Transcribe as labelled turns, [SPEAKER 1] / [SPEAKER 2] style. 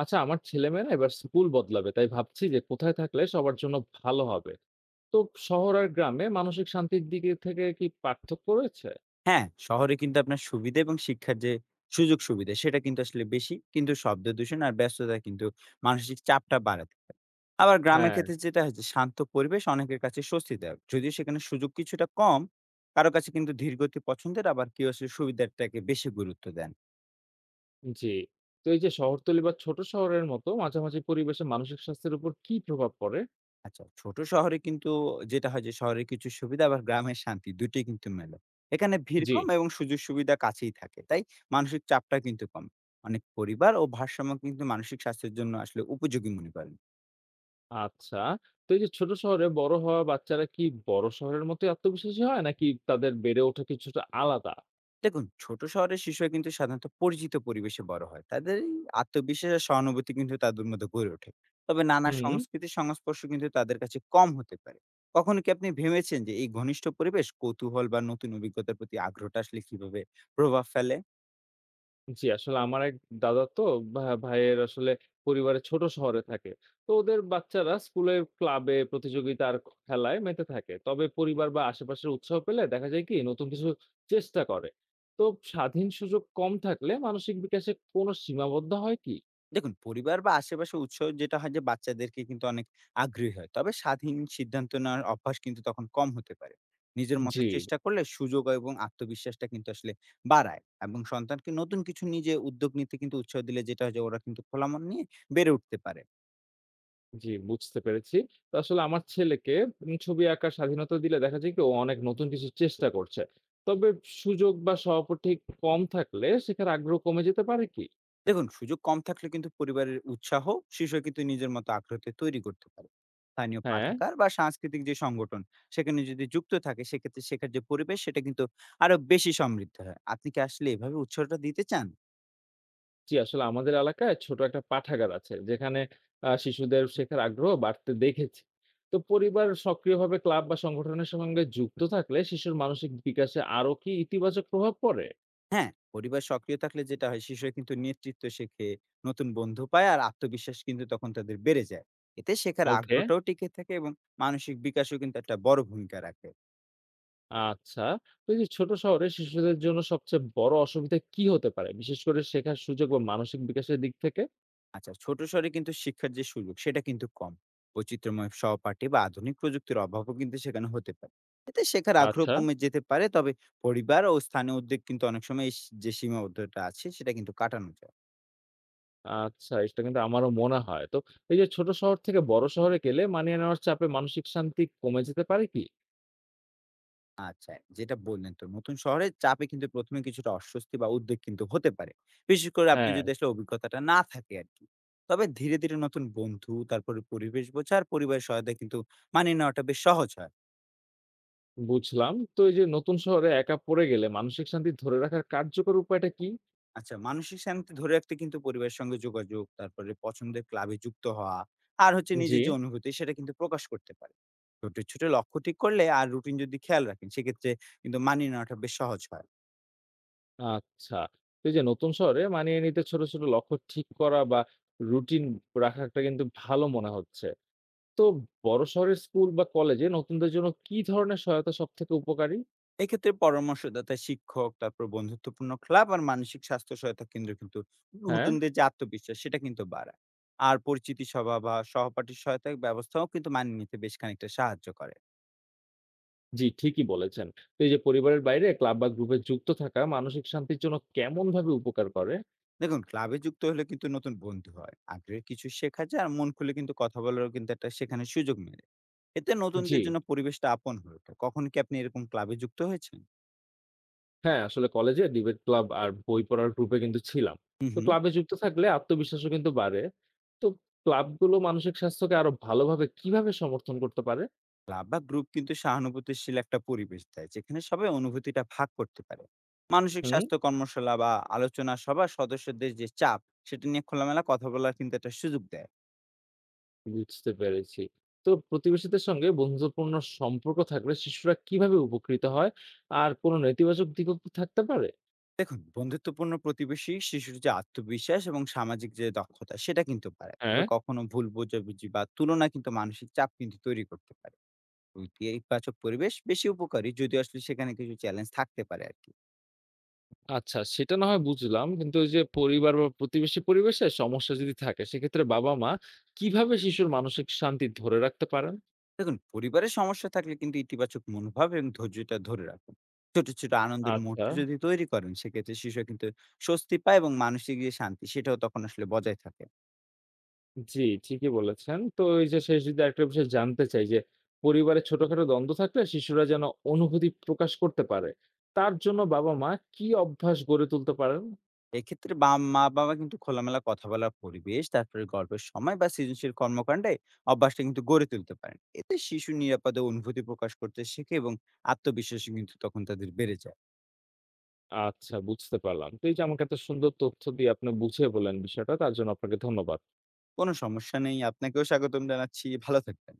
[SPEAKER 1] আচ্ছা, আমার ছেলেমেয়েরা এবার স্কুল বদলাবে, তাই ভাবছি যে কোথায় থাকলে সবার জন্য ভালো হবে। তো শহর আর গ্রামে মানসিক শান্তির দিকে থেকে কি পার্থক্য রয়েছে?
[SPEAKER 2] হ্যাঁ, শহরে কিন্তু আপনার সুবিধা এবং শিক্ষার যে সুযোগ সুবিধা সেটা কিন্তু আসলে বেশি। কিন্তু শব্দ দূষণ আর ব্যস্ততা কিন্তু মানসিক চাপটা বাড়াতে পারে। আবার গ্রামের
[SPEAKER 1] হ্যাঁ।
[SPEAKER 2] ক্ষেত্রে যেটা হয় যে শান্ত পরিবেশ অনেকের কাছে স্বস্তিদায়ক। যদিও সেখানে সুযোগ কিছুটা কম, কারো কাছে কিন্তু ধীর গতি পছন্দের আবার কেউ আসলে সুবিধাটাকে বেশি গুরুত্ব দেন।
[SPEAKER 1] জি। তো এই যে শহরতলি বা ছোট শহরের মতো মাঝামাঝি পরিবেশে মানসিক স্বাস্থ্যের উপর কি প্রভাব পড়ে?
[SPEAKER 2] আচ্ছা, ছোট শহরে কিন্তু যেটা হয় যে শহরের কিছু সুবিধা আবার গ্রামের শান্তি দুটোই কিন্তু মেলে। এখানে ভিড়
[SPEAKER 1] জি।
[SPEAKER 2] কম এবং সুযোগ সুবিধা কাছেই থাকে। তাই মানসিক চাপটা কিন্তু কম। অনেক পরিবার ও ভারসাম্য কিন্তু মানসিক স্বাস্থ্যের জন্য আসলে উপযোগী মনে করেন।
[SPEAKER 1] আচ্ছা। তো এই যে ছোট শহরে বড় হওয়া বাচ্চারা কি বড় শহরের মতো আত্মবিশ্বাসী হয়, নাকি তাদের বেড়ে ওঠা কিছুটা আলাদা?
[SPEAKER 2] দেখুন ছোট শহরের শিশুরা কিন্তু সাধারণত পরিচিত পরিবেশে বড় হয়। তাদের এই আত্মবিশ্বাস আর সহানুভূতি কিন্তু তাদের মধ্যে গড়ে ওঠে। তবে নানা
[SPEAKER 1] হুম।
[SPEAKER 2] সংস্কৃতির সংস্পর্শ কিন্তু তাদের কাছে কম হতে পারে। কখনো কি আপনি ভেবেছেন যে এই ঘনিষ্ঠ পরিবেশ কৌতূহল বা নতুন অভিজ্ঞতার প্রতি আগ্রহটা আসলে কিভাবে প্রভাব ফেলে?
[SPEAKER 1] জি, আসলে আমার এক দাদা, তো ভাইয়ের আসলে পরিবারে ছোট শহরে থাকে। তো ওদের বাচ্চারা স্কুলের ক্লাবে প্রতিযোগিতা আর খেলায় মেতে থাকে। তবে পরিবার বা আশেপাশের উৎসাহ পেলে দেখা যায় কি নতুন কিছু চেষ্টা করে। তো স্বাধীন সুযোগ কম থাকলে মানসিক বিকাশে কোনো সীমাবদ্ধ হয় কি?
[SPEAKER 2] দেখুন, পরিবার বা আশেপাশের উৎস যেটা হয় যে বাচ্চাদেরকে কিন্তু অনেক আগ্রহী হয়। তবে স্বাধীন সিদ্ধান্ত নেওয়ার অভ্যাস কিন্তু তখন কম হতে পারে। নিজের মতো
[SPEAKER 1] জি,
[SPEAKER 2] চেষ্টা করলে সুযোগ এবং আত্মবিশ্বাসটা কিন্তু আসলে বাড়ায় এবং সন্তানকে নতুন কিছু নিজে উদ্যোগ নিতে কিন্তু উৎসাহ দিলে যেটা হয় যে ওরা কিন্তু খোলা মন নিয়ে বেড়ে উঠতে পারে।
[SPEAKER 1] জি বুঝতে পেরেছি। তো আসলে আমার ছেলেকে ছবি আঁকার স্বাধীনতা দিলে দেখা যায় কি ও অনেক নতুন কিছু চেষ্টা করছে। তবে সুযোগ বা সহপাঠী কম থাকলে শেখার আগ্রহ কমে যেতে পারে কি?
[SPEAKER 2] দেখুন সুযোগ কম থাকলে কিন্তু পরিবারের উৎসাহ শিশু কিন্তু নিজের মতো আগ্রহতে তৈরি করতে পারে। স্থানীয়
[SPEAKER 1] হ্যাঁ।
[SPEAKER 2] পাঠাগার বা সাংস্কৃতিক যে সংগঠন সেখানে যদি যুক্ত থাকে সেক্ষেত্রে শেখার যে পরিবেশ সেটা কিন্তু আরো বেশি সমৃদ্ধ হয়। আপনি কি আসলে এভাবে উৎসাহটা দিতে চান?
[SPEAKER 1] জি, আসলে আমাদের এলাকায় ছোট একটা পাঠাগার আছে, যেখানে শিশুদের শেখার আগ্রহ বাড়তে দেখেছি। তো পরিবার সক্রিয়ভাবে ক্লাব বা সংগঠনের সঙ্গে যুক্ত থাকলে শিশুর মানসিক বিকাশে আরো কি ইতিবাচক প্রভাব পড়ে?
[SPEAKER 2] হ্যাঁ, পরিবার সক্রিয় থাকলে যেটা হয় শিশুরা কিন্তু নেতৃত্ব শেখে, নতুন বন্ধু পায় আর আত্মবিশ্বাস কিন্তু তখন তাদের বেড়ে যায়। এতে শেখার
[SPEAKER 1] ওকে।
[SPEAKER 2] আগ্রহটাও টিকে থাকে এবং মানসিক বিকাশও কিন্তু একটা বড় ভূমিকা রাখে।
[SPEAKER 1] আচ্ছা। তো এই যে ছোট শহরে শিশুদের জন্য সবচেয়ে বড় অসুবিধা কি হতে পারে, বিশেষ করে শেখার সুযোগ বা মানসিক বিকাশের দিক থেকে?
[SPEAKER 2] আচ্ছা, ছোট শহরে কিন্তু শিক্ষার যে সুযোগ সেটা কিন্তু কম। বৈচিত্র্যময় সহপাঠী বা আধুনিক প্রযুক্তির অভাবও কিন্তু সেখানে হতে পারে। এতে শেখার আগ্রহ
[SPEAKER 1] আচ্ছা,
[SPEAKER 2] কমে যেতে পারে। তবে পরিবার ও স্থানীয় উদ্যোগ কিন্তু অনেক সময় এই যে সীমাবদ্ধতা আছে সেটা কিন্তু কাটানো যায়।
[SPEAKER 1] আচ্ছা, এটা কিন্তু আমারও মনে হয়। তো এই যে ছোট শহর থেকে বড় শহরে গেলে মানিয়ে নেওয়ার চাপে মানসিক শান্তি কমে যেতে পারে কি?
[SPEAKER 2] আচ্ছা, যেটা বললেন তো নতুন শহরের চাপে কিন্তু ১ম এ কিছুটা অস্বস্তি বা উদ্বেগ কিন্তু হতে পারে। বিশেষ করে আপনি
[SPEAKER 1] হ্যাঁ।
[SPEAKER 2] যদি আসলে অভিজ্ঞতাটা না থাকে আরকি। তবে ধীরে নতুন বন্ধু, তারপরে পরিবেশ বোঝা আর পরিবারের সহায়তায় কিন্তু মানিয়ে নেওয়াটা বেশ সহজ হয়।
[SPEAKER 1] বুঝলাম। তো এই যে নতুন শহরে একা পড়ে গেলে মানসিক শান্তি ধরে রাখার কার্যকর উপায়টা কি?
[SPEAKER 2] আচ্ছা, মানসিক শান্তি ধরে রাখতে কিন্তু পরিবারের সঙ্গে যোগাযোগ, তারপরে পছন্দের ক্লাবে যুক্ত হওয়া, আর হচ্ছে
[SPEAKER 1] জি।
[SPEAKER 2] নিজের যে অনুভূতি সেটা কিন্তু প্রকাশ করতে পারে। ছোট, ছোট লক্ষ্য ঠিক করলে আর রুটিন যদি খেয়াল রাখেন সেক্ষেত্রে কিন্তু মানিয়ে নেওয়াটা বেশ সহজ হয়।
[SPEAKER 1] আচ্ছা। তো এই যে নতুন শহরে মানিয়ে নিতে ছোট, ছোট লক্ষ্য ঠিক করা বা রুটিন রাখাটা কিন্তু ভালো মনে হচ্ছে। তো বড় শহরের স্কুল বা কলেজে নতুনদের জন্য কি ধরনের সহায়তা সবথেকে উপকারী?
[SPEAKER 2] এক্ষেত্রে পরামর্শদাতা, শিক্ষক, তারপর বন্ধুত্বপূর্ণ ক্লাব আর মানসিক স্বাস্থ্য সহায়তা কেন্দ্র কিন্তু
[SPEAKER 1] হ্যাঁ,
[SPEAKER 2] নতুনদের যে আত্মবিশ্বাস সেটা কিন্তু বাড়ায়। আর পরিচিতি সভা বা সহপাঠীর সহায়তা ব্যবস্থাও কিন্তু মানিয়ে নিতে বেশ খানিকটা সাহায্য করে।
[SPEAKER 1] জি ঠিকই বলেছেন। তো এই যে পরিবারের বাইরে ক্লাব বা গ্রুপে যুক্ত থাকা মানসিক শান্তির জন্য কেমনভাবে উপকার করে?
[SPEAKER 2] দেখুন ক্লাবে যুক্ত হলে কিন্তু নতুন বন্ধু হয়, আগ্রহের কিছু শেখা যায় আর মন খুলে কিন্তু কথা বলারও কিন্তু একটা সেখানে সুযোগ মেলে। এতে
[SPEAKER 1] জি।
[SPEAKER 2] নতুনদের জন্য পরিবেশটা আপন হয়ে ওঠে। কখন কি আপনি এরকম ক্লাবে যুক্ত হয়েছেন?
[SPEAKER 1] হ্যাঁ, আসলে কলেজে ডিবেট ক্লাব আর বই পড়ার গ্রুপে কিন্তু ছিলাম।
[SPEAKER 2] হুম
[SPEAKER 1] তো
[SPEAKER 2] হুম
[SPEAKER 1] ক্লাবে যুক্ত থাকলে আত্মবিশ্বাসও কিন্তু বাড়ে। তো ক্লাবগুলো মানসিক স্বাস্থ্যকে আরো ভালোভাবে কিভাবে সমর্থন করতে পারে?
[SPEAKER 2] ক্লাব বা গ্রুপ কিন্তু সহানুভূতিশীল একটা পরিবেশ দেয় যেখানে সবাই অনুভূতিটা ভাগ করতে পারে। মানসিক
[SPEAKER 1] হুম।
[SPEAKER 2] স্বাস্থ্য কর্মশালা বা আলোচনা সভা সদস্যদের যে চাপ সেটা নিয়ে খোলামেলা কথা বলার কিন্তু একটা সুযোগ দেয়।
[SPEAKER 1] বুঝতে পেরেছি। তো প্রতিবেশীদের সঙ্গে বন্ধুত্বপূর্ণ সম্পর্ক থাকলে শিশুরা কিভাবে উপকৃত হয়? আর কোনো নেতিবাচক দিকও কি থাকতে পারে?
[SPEAKER 2] দেখুন বন্ধুত্বপূর্ণ প্রতিবেশী শিশুর যে আত্মবিশ্বাস এবং সামাজিক যে দক্ষতা সেটা কিন্তু পারে। তবে
[SPEAKER 1] হ্যাঁ।
[SPEAKER 2] কখনো ভুল বোঝাবুঝি বা তুলনা কিন্তু মানসিক চাপ কিন্তু তৈরি করতে পারে। ইতিবাচক পরিবেশ বেশি উপকারী, যদি আসলে সেখানে কিছু চ্যালেঞ্জ থাকতে পারে আর কি।
[SPEAKER 1] আচ্ছা, সেটা না হয় বুঝলাম। কিন্তু ওই যে পরিবার বা প্রতিবেশী পরিবেশে সমস্যা যদি থাকে, সেক্ষেত্রে বাবা-মা কিভাবে শিশুর মানসিক শান্তি ধরে রাখতে পারেন?
[SPEAKER 2] দেখুন পরিবারের সমস্যা থাকলে কিন্তু ইতিবাচক মনোভাব এবং ধৈর্যটা ধরে রাখুন। ছোট ছোট আনন্দের মুহূর্ত
[SPEAKER 1] আচ্ছা।
[SPEAKER 2] যদি তৈরি করেন সেক্ষেত্রে শিশু কিন্তু স্বস্তি পায় এবং মানসিক যে শান্তি সেটাও তখন আসলে বজায় থাকে।
[SPEAKER 1] জি, ঠিকই বলেছেন। তো এই যে শেষ যদি আরেকটা বিষয় জানতে চাই যে, পরিবারে ছোটখাটো দ্বন্দ্ব থাকলে শিশুরা যেন অনুভূতি প্রকাশ করতে পারে, তার জন্য বাবা-মা কি অভ্যাস গড়ে তুলতে পারেন?
[SPEAKER 2] এক্ষেত্রে বা মা-বাবা কিন্তু খোলামেলা কথা বলার পরিবেশ, তারপরে গল্পের সময় বা সৃজনশীল কর্মকাণ্ডে অভ্যাসটা কিন্তু গড়ে তুলতে পারেন। এতে শিশু নিরাপদে অনুভূতি প্রকাশ করতে শেখে এবং আত্মবিশ্বাসও কিন্তু তখন তাদের বেড়ে যায়।
[SPEAKER 1] আচ্ছা, বুঝতে পারলাম। তো এই যে আমাকে এত সুন্দর তথ্য দিয়ে আপনি বুঝিয়ে বললেন বিষয়টা, তার জন্য আপনাকে ধন্যবাদ।
[SPEAKER 2] কোনো সমস্যা নেই। আপনাকেও স্বাগতম জানাচ্ছি। ভালো থাকবেন।